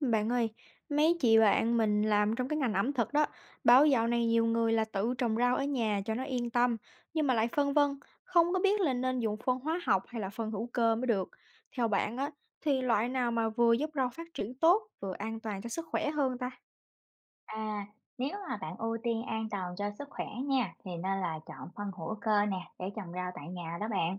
Bạn ơi, mấy chị bạn mình làm trong cái ngành ẩm thực đó, báo dạo này nhiều người là tự trồng rau ở nhà cho nó yên tâm, nhưng mà lại phân vân, không có biết là nên dùng phân hóa học hay là phân hữu cơ mới được. Theo bạn á, thì loại nào mà vừa giúp rau phát triển tốt, vừa an toàn cho sức khỏe hơn ta? À, nếu mà bạn ưu tiên an toàn cho sức khỏe nha, thì nên là chọn phân hữu cơ nè, để trồng rau tại nhà đó bạn.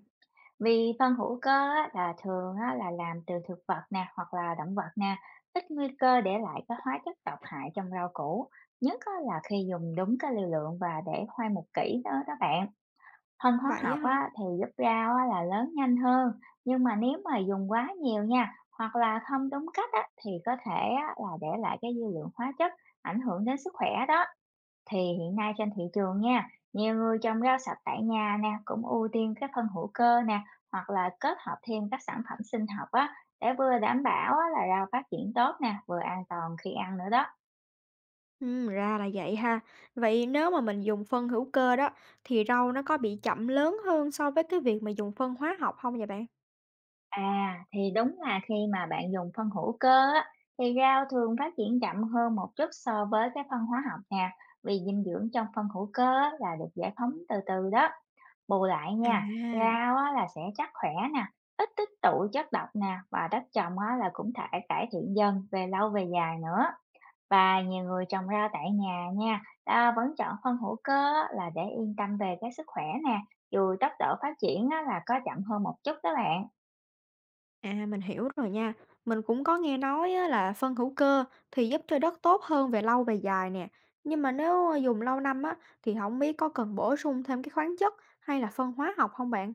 Vì phân hữu cơ á, là thường á, là làm từ thực vật nè, hoặc là động vật nè, ít nguy cơ để lại các hóa chất độc hại trong rau củ, nhất á, là khi dùng đúng cái liều lượng và để hoai một kỹ đó đó bạn. Phân hóa Vậy học á hả? á, thì giúp rau á, là lớn nhanh hơn nhưng mà nếu mà dùng quá nhiều nha hoặc là không đúng cách á, thì có thể á, là để lại cái dư lượng hóa chất ảnh hưởng đến sức khỏe đó. Thì hiện nay trên thị trường nha, nhiều người trồng rau sạch tại nhà nè cũng ưu tiên cái phân hữu cơ nè, hoặc là kết hợp thêm các sản phẩm sinh học á, để vừa đảm bảo á, là rau phát triển tốt nè vừa an toàn khi ăn nữa đó. Ừ, ra là vậy ha. Vậy nếu mà mình dùng phân hữu cơ đó, thì rau nó có bị chậm lớn hơn so với cái việc mà dùng phân hóa học không vậy bạn? À, thì đúng là khi mà bạn dùng phân hữu cơ á, thì rau thường phát triển chậm hơn một chút so với cái phân hóa học nè, vì dinh dưỡng trong phân hữu cơ á, là được giải phóng từ từ đó. Bù lại nha, À. rau á, là sẽ chắc khỏe nè, ít tích tụ chất độc nè và đất trồng á, là cũng thể cải thiện dần về lâu về dài nữa. Và nhiều người trồng rau tại nhà nha, ta vẫn chọn phân hữu cơ á, là để yên tâm về cái sức khỏe nè, dù tốc độ phát triển á, là có chậm hơn một chút đó bạn. À, mình hiểu rồi nha. Mình cũng có nghe nói á, là phân hữu cơ thì giúp cho đất tốt hơn về lâu về dài nè. Nhưng mà nếu dùng lâu năm á, thì không biết có cần bổ sung thêm cái khoáng chất hay là phân hóa học không bạn?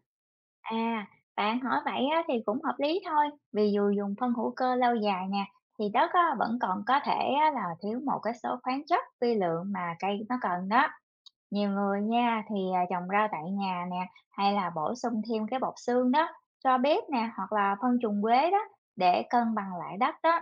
À, bạn hỏi vậy á, thì cũng hợp lý thôi, vì dù dùng phân hữu cơ lâu dài nè, thì đất á, vẫn còn có thể á, là thiếu một cái số khoáng chất vi lượng mà cây nó cần đó. Nhiều người nha thì à, trồng rau tại nhà nè, hay là bổ sung thêm cái bột xương đó, cho bếp nè, hoặc là phân trùng quế đó để cân bằng lại đất đó.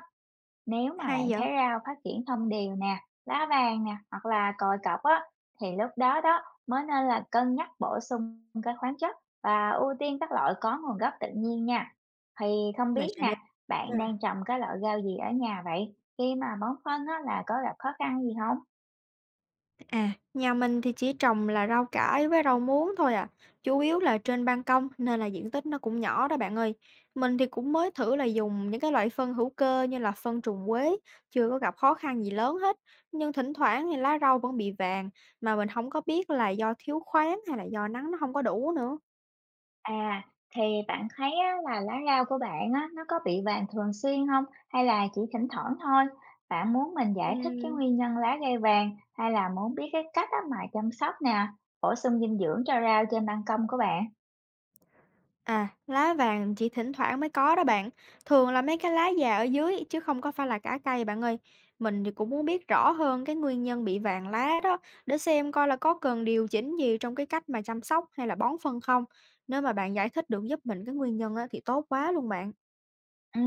Nếu mà Hay bạn vậy? thấy rau phát triển thông đều nè, lá vàng nè hoặc là còi cọc á, thì lúc đó đó mới nên là cân nhắc bổ sung cái khoáng chất và ưu tiên các loại có nguồn gốc tự nhiên nha. Thì không Mình biết sẽ nè, để. bạn đang trồng cái loại rau gì ở nhà vậy? Khi mà bón phân á là có gặp khó khăn gì không? À, nhà mình thì chỉ trồng là rau cải với rau muống thôi à, chủ yếu là trên ban công nên là diện tích nó cũng nhỏ đó bạn ơi. Mình thì cũng mới thử là dùng những cái loại phân hữu cơ như là phân trùng quế, chưa có gặp khó khăn gì lớn hết. Nhưng thỉnh thoảng thì lá rau vẫn bị vàng mà mình không có biết là do thiếu khoáng hay là do nắng nó không có đủ nữa. À, thì bạn thấy á, là lá rau của bạn á, nó có bị vàng thường xuyên không? Hay là chỉ thỉnh thoảng thôi? Bạn muốn mình Ừ. giải thích cái nguyên nhân lá gây vàng, hay là muốn biết cái cách á, mà chăm sóc nè, bổ sung dinh dưỡng cho rau trên ban công của bạn? À, lá vàng chỉ thỉnh thoảng mới có đó bạn. Thường là mấy cái lá già ở dưới chứ không có phải là cả cây bạn ơi. Mình thì cũng muốn biết rõ hơn cái nguyên nhân bị vàng lá đó, để xem coi là có cần điều chỉnh gì trong cái cách mà chăm sóc hay là bón phân không. Nếu mà bạn giải thích được giúp mình cái nguyên nhân á, thì tốt quá luôn bạn. Ừ,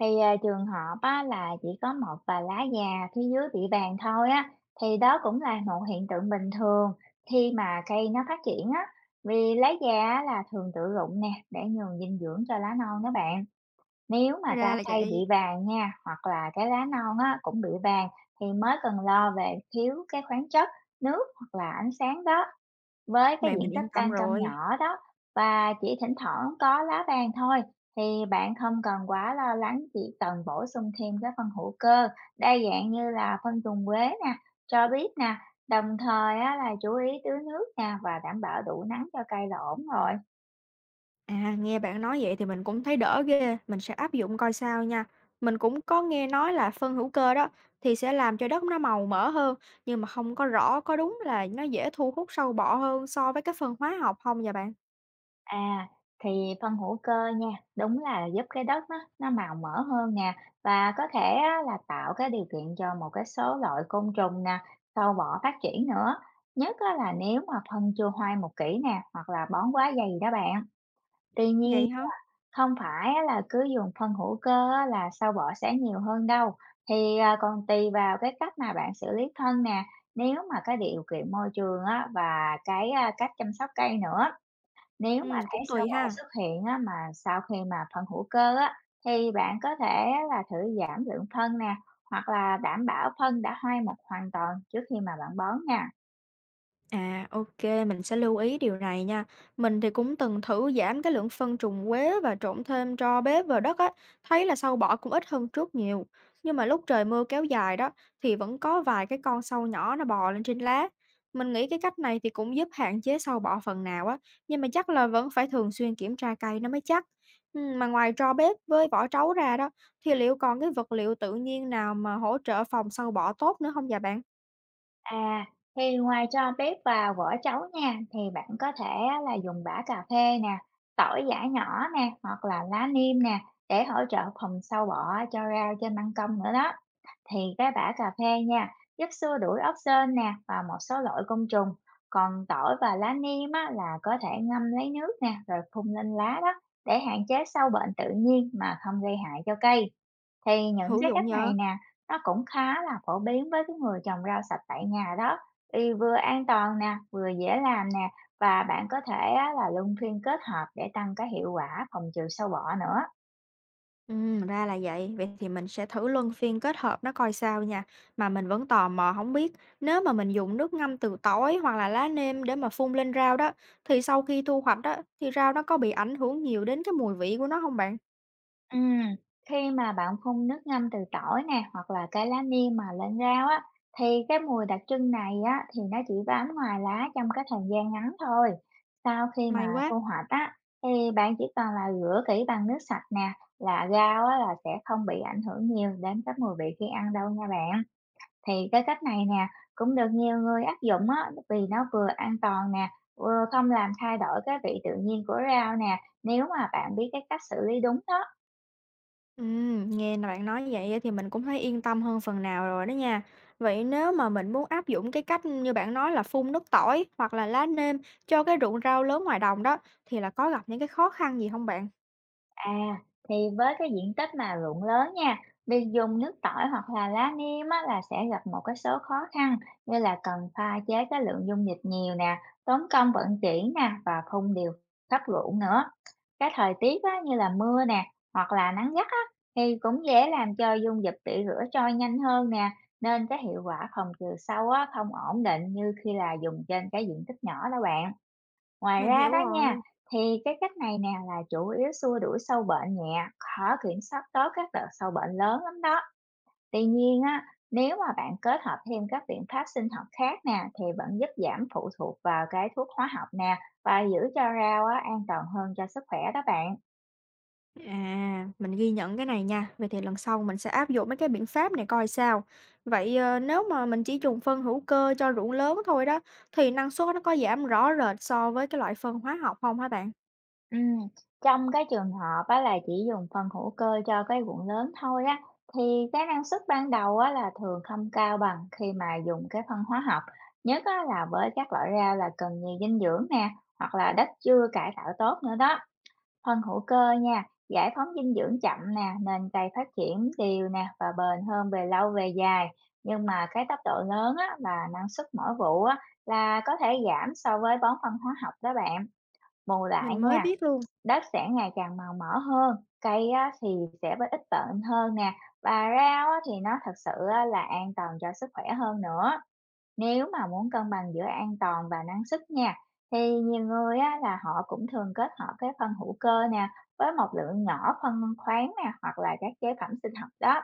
thì, à, trường hợp á, là chỉ có một vài lá già phía dưới bị vàng thôi á, thì đó cũng là một hiện tượng bình thường khi mà cây nó phát triển á, vì lá già á, là thường tự rụng nè, để nhường dinh dưỡng cho lá non đó bạn. Nếu mà lá Ra là cây bị vậy. vàng nha, hoặc là cái lá non á, cũng bị vàng thì mới cần lo về thiếu cái khoáng chất, nước hoặc là ánh sáng đó. Với cái Vậy diện mình yên tích tâm ban công rồi. nhỏ đó và chỉ thỉnh thoảng có lá vàng thôi, thì bạn không cần quá lo lắng, chỉ cần bổ sung thêm cái phân hữu cơ đa dạng như là phân trùng quế nè, cho biết nè, đồng thời á, là chú ý tưới nước nè và đảm bảo đủ nắng cho cây là ổn rồi. À, nghe bạn nói vậy thì mình cũng thấy đỡ ghê, mình sẽ áp dụng coi sao nha. Mình cũng có nghe nói là phân hữu cơ đó thì sẽ làm cho đất nó màu mỡ hơn, nhưng mà không có rõ có đúng là nó dễ thu hút sâu bọ hơn so với cái phân hóa học không vậy bạn? À, thì phân hữu cơ nha, đúng là giúp cái đất nó màu mỡ hơn nè và có thể á, là tạo cái điều kiện cho một cái số loại côn trùng nè, sâu bọ phát triển nữa. Nhất á, là nếu mà phân chưa hoai một kỹ nè hoặc là bón quá dày đó bạn. Tuy nhiên Vậy hả? không phải á, là cứ dùng phân hữu cơ á, là sâu bọ sẽ nhiều hơn đâu. Thì à, còn tùy vào cái cách mà bạn xử lý phân nè. Nếu mà cái điều kiện môi trường á, và cái à, cách chăm sóc cây nữa, nếu mà Ừ, thấy cũng sao tùy Hỏa ha. xuất hiện á, mà sau khi mà phân hữu cơ á, thì bạn có thể á là thử giảm lượng phân nè, hoặc là đảm bảo phân đã hoai mục hoàn toàn trước khi mà bạn bón nha. À, ok, mình sẽ lưu ý điều này nha. Mình thì cũng từng thử giảm cái lượng phân trùng quế và trộn thêm tro bếp vào đất á, thấy là sâu bọ cũng ít hơn trước nhiều. Nhưng mà lúc trời mưa kéo dài đó, thì vẫn có vài cái con sâu nhỏ nó bò lên trên lá. Mình nghĩ cái cách này thì cũng giúp hạn chế sâu bọ phần nào á, nhưng mà chắc là vẫn phải thường xuyên kiểm tra cây nó mới chắc. Ừ. Mà ngoài tro bếp với vỏ trấu ra đó, thì liệu còn cái vật liệu tự nhiên nào mà hỗ trợ phòng sâu bọ tốt nữa không dạ bạn? À, thì ngoài tro bếp và vỏ trấu nha, thì bạn có thể á là dùng bã cà phê nè, tỏi giã nhỏ nè, hoặc là lá niêm nè, để hỗ trợ phòng sâu bọ cho rau trên ban công nữa đó. Thì cái bã cà phê nha giúp xua đuổi ốc sên nè và một số loại côn trùng, còn tỏi và lá niêm á, là có thể ngâm lấy nước nè rồi phun lên lá đó, để hạn chế sâu bệnh tự nhiên mà không gây hại cho cây. Thì những Hữu cái dụng cách nhờ? này nè nó cũng khá là phổ biến với cái người trồng rau sạch tại nhà đó, vì vừa an toàn nè vừa dễ làm nè, và bạn có thể á, là luân phiên kết hợp để tăng cái hiệu quả phòng trừ sâu bọ nữa. Ừ, ra là vậy. Vậy thì mình sẽ thử luân phiên kết hợp nó coi sao nha. Mà mình vẫn tò mò không biết, nếu mà mình dùng nước ngâm từ tỏi hoặc là lá nêm để mà phun lên rau đó, thì sau khi thu hoạch đó thì rau nó có bị ảnh hưởng nhiều đến cái mùi vị của nó không bạn? Ừm, khi mà bạn phun nước ngâm từ tỏi nè hoặc là cái lá niêm mà lên rau á, thì cái mùi đặc trưng này á thì nó chỉ bám ngoài lá trong cái thời gian ngắn thôi. Sau khi mà May quá. thu hoạch á, thì bạn chỉ cần là rửa kỹ bằng nước sạch nè, là rau á là sẽ không bị ảnh hưởng nhiều đến cái mùi vị khi ăn đâu nha bạn. Thì cái cách này nè cũng được nhiều người áp dụng á, vì nó vừa an toàn nè vừa không làm thay đổi cái vị tự nhiên của rau nè, nếu mà bạn biết cái cách xử lý đúng đó. Nghe là bạn nói vậy thì mình cũng thấy yên tâm hơn phần nào rồi đó nha. Vậy nếu mà mình muốn áp dụng cái cách như bạn nói là phun nước tỏi hoặc là lá nêm cho cái ruộng rau lớn ngoài đồng đó, thì là có gặp những cái khó khăn gì không bạn? À, thì với cái diện tích mà ruộng lớn nha, việc dùng nước tỏi hoặc là lá niêm á, là sẽ gặp một cái số khó khăn, như là cần pha chế cái lượng dung dịch nhiều nè, tốn công vận chuyển nè và phun điều khắp ruộng nữa. Cái thời tiết á, như là mưa nè hoặc là nắng gắt á, thì cũng dễ làm cho dung dịch tẩy rửa trôi nhanh hơn nè, nên cái hiệu quả phòng trừ sâu á, không ổn định như khi là dùng trên cái diện tích nhỏ đó bạn. Ngoài Mình ra hiểu đó nha, rồi. thì cái cách này nè là chủ yếu xua đuổi sâu bệnh nhẹ, khó kiểm soát tốt các đợt sâu bệnh lớn lắm đó. Tuy nhiên á, nếu mà bạn kết hợp thêm các biện pháp sinh học khác nè, thì vẫn giúp giảm phụ thuộc vào cái thuốc hóa học nè và giữ cho rau á, an toàn hơn cho sức khỏe đó bạn. À, mình ghi nhận cái này nha. Vậy thì lần sau mình sẽ áp dụng mấy cái biện pháp này coi sao. Vậy ờ, nếu mà mình chỉ dùng phân hữu cơ cho ruộng lớn thôi đó, thì năng suất nó có giảm rõ rệt so với cái loại phân hóa học không hả bạn? Ừm, trong cái trường hợp á là chỉ dùng phân hữu cơ cho cái ruộng lớn thôi á, thì cái năng suất ban đầu á là thường không cao bằng khi mà dùng cái phân hóa học, nhất á là với các loại rau là cần nhiều dinh dưỡng nè, hoặc là đất chưa cải tạo tốt nữa đó. Phân hữu cơ nha, giải phóng dinh dưỡng chậm nè, nên cây phát triển đều nè và bền hơn về lâu về dài. Nhưng mà cái tốc độ lớn á và năng suất mỗi vụ á là có thể giảm so với bón phân hóa học đó bạn. Bù lại Mình mới nha, biết luôn. đất sẽ ngày càng màu mỡ hơn, cây á thì sẽ ít bệnh hơn nè, và rau á thì nó thật sự á là an toàn cho sức khỏe hơn nữa. Nếu mà muốn cân bằng giữa an toàn và năng suất nha, thì nhiều người á là họ cũng thường kết hợp cái phân hữu cơ nè, với một lượng nhỏ phân khoáng nè, hoặc là các chế phẩm sinh học đó.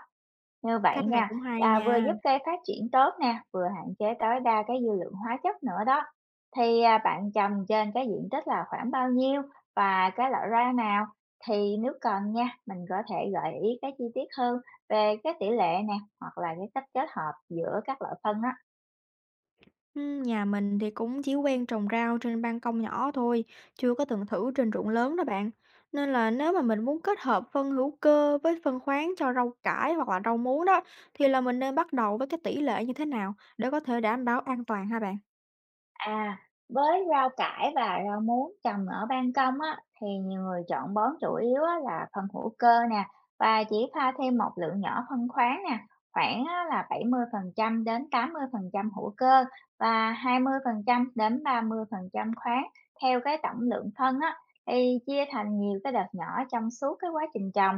Như vậy Cách này nha, cũng hay là vừa nha. giúp cây phát triển tốt nè, vừa hạn chế tối đa cái dư lượng hóa chất nữa đó. Thì à, bạn trồng trên cái diện tích là khoảng bao nhiêu và cái loại rau nào, thì nếu cần nha, mình có thể gợi ý cái chi tiết hơn về cái tỷ lệ nè hoặc là cái cách kết hợp giữa các loại phân đó. Nhà mình thì cũng chỉ quen trồng rau trên ban công nhỏ thôi, chưa có từng thử trên ruộng lớn đó bạn. Nên là nếu mà mình muốn kết hợp phân hữu cơ với phân khoáng cho rau cải hoặc là rau muống đó, thì là mình nên bắt đầu với cái tỷ lệ như thế nào để có thể đảm bảo an toàn ha bạn? À, với rau cải và rau muống trồng ở ban công á, thì nhiều người chọn bón chủ yếu á, là phân hữu cơ nè và chỉ pha thêm một lượng nhỏ phân khoáng nè, khoảng á, là 70% đến 80% hữu cơ và 20% đến 30% khoáng theo cái tổng lượng phân á, thì chia thành nhiều cái đợt nhỏ trong suốt cái quá trình trồng.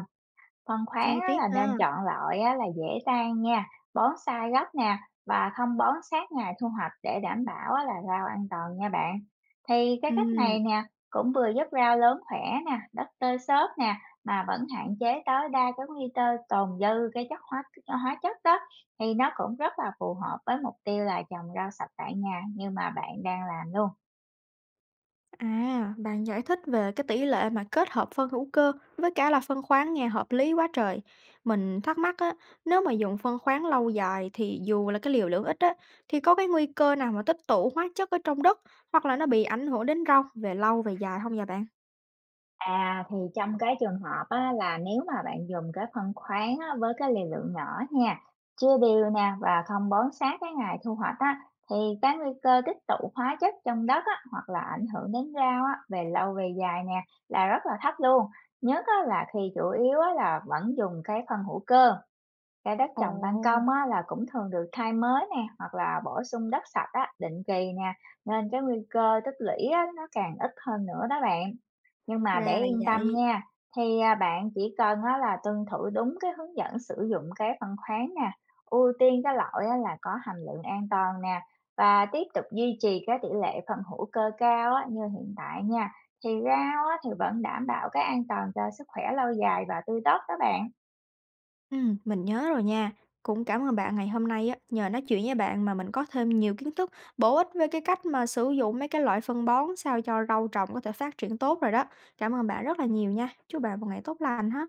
Phân Chi khoáng á, tiết là ha. nên chọn loại á, là dễ tan nha, bonsai gốc nè và không bón sát ngày thu hoạch để đảm bảo á, là rau an toàn nha bạn. Thì cái cách Ừm. này nè cũng vừa giúp rau lớn khỏe nè, đất tơi xốp nè, mà vẫn hạn chế tối đa cái nguy cơ tồn dư cái chất hóa hóa chất đó, thì nó cũng rất là phù hợp với mục tiêu là trồng rau sạch tại nhà như mà bạn đang làm luôn. À, bạn giải thích về cái tỷ lệ mà kết hợp phân hữu cơ với cả là phân khoáng nghe hợp lý quá trời. Mình thắc mắc á, nếu mà dùng phân khoáng lâu dài thì dù là cái liều lượng ít á, thì có cái nguy cơ nào mà tích tụ hóa chất ở trong đất hoặc là nó bị ảnh hưởng đến rau về lâu về dài không vậy bạn? À, thì trong cái trường hợp á, là nếu mà bạn dùng cái phân khoáng á, với cái liều lượng nhỏ nha, chia đều nè và không bón sát cái ngày thu hoạch á, thì cái nguy cơ tích tụ hóa chất trong đất á, hoặc là ảnh hưởng đến rau á, về lâu về dài nè là rất là thấp luôn. Nhất á, là khi chủ yếu á, là vẫn dùng cái phân hữu cơ. Cái đất Ồ, trồng ban công á, là cũng thường được thay mới nè hoặc là bổ sung đất sạch á, định kỳ nè, nên cái nguy cơ tích lũy á, nó càng ít hơn nữa đó bạn. Nhưng mà để ra là yên tâm vậy. nha, thì à, bạn chỉ cần á, là tuân thủ đúng cái hướng dẫn sử dụng cái phân khoáng nè, ưu tiên cái loại á, là có hàm lượng an toàn nè, và tiếp tục duy trì cái tỷ lệ phân hữu cơ cao á, như hiện tại nha, thì rau á, thì vẫn đảm bảo cái an toàn cho sức khỏe lâu dài và tươi tốt đó bạn. Mình nhớ rồi nha. Cũng cảm ơn bạn ngày hôm nay á, nhờ nói chuyện với bạn mà mình có thêm nhiều kiến thức bổ ích về cái cách mà sử dụng mấy cái loại phân bón sao cho rau trồng có thể phát triển tốt rồi đó. Cảm ơn bạn rất là nhiều nha. Chúc bạn một ngày tốt lành ha.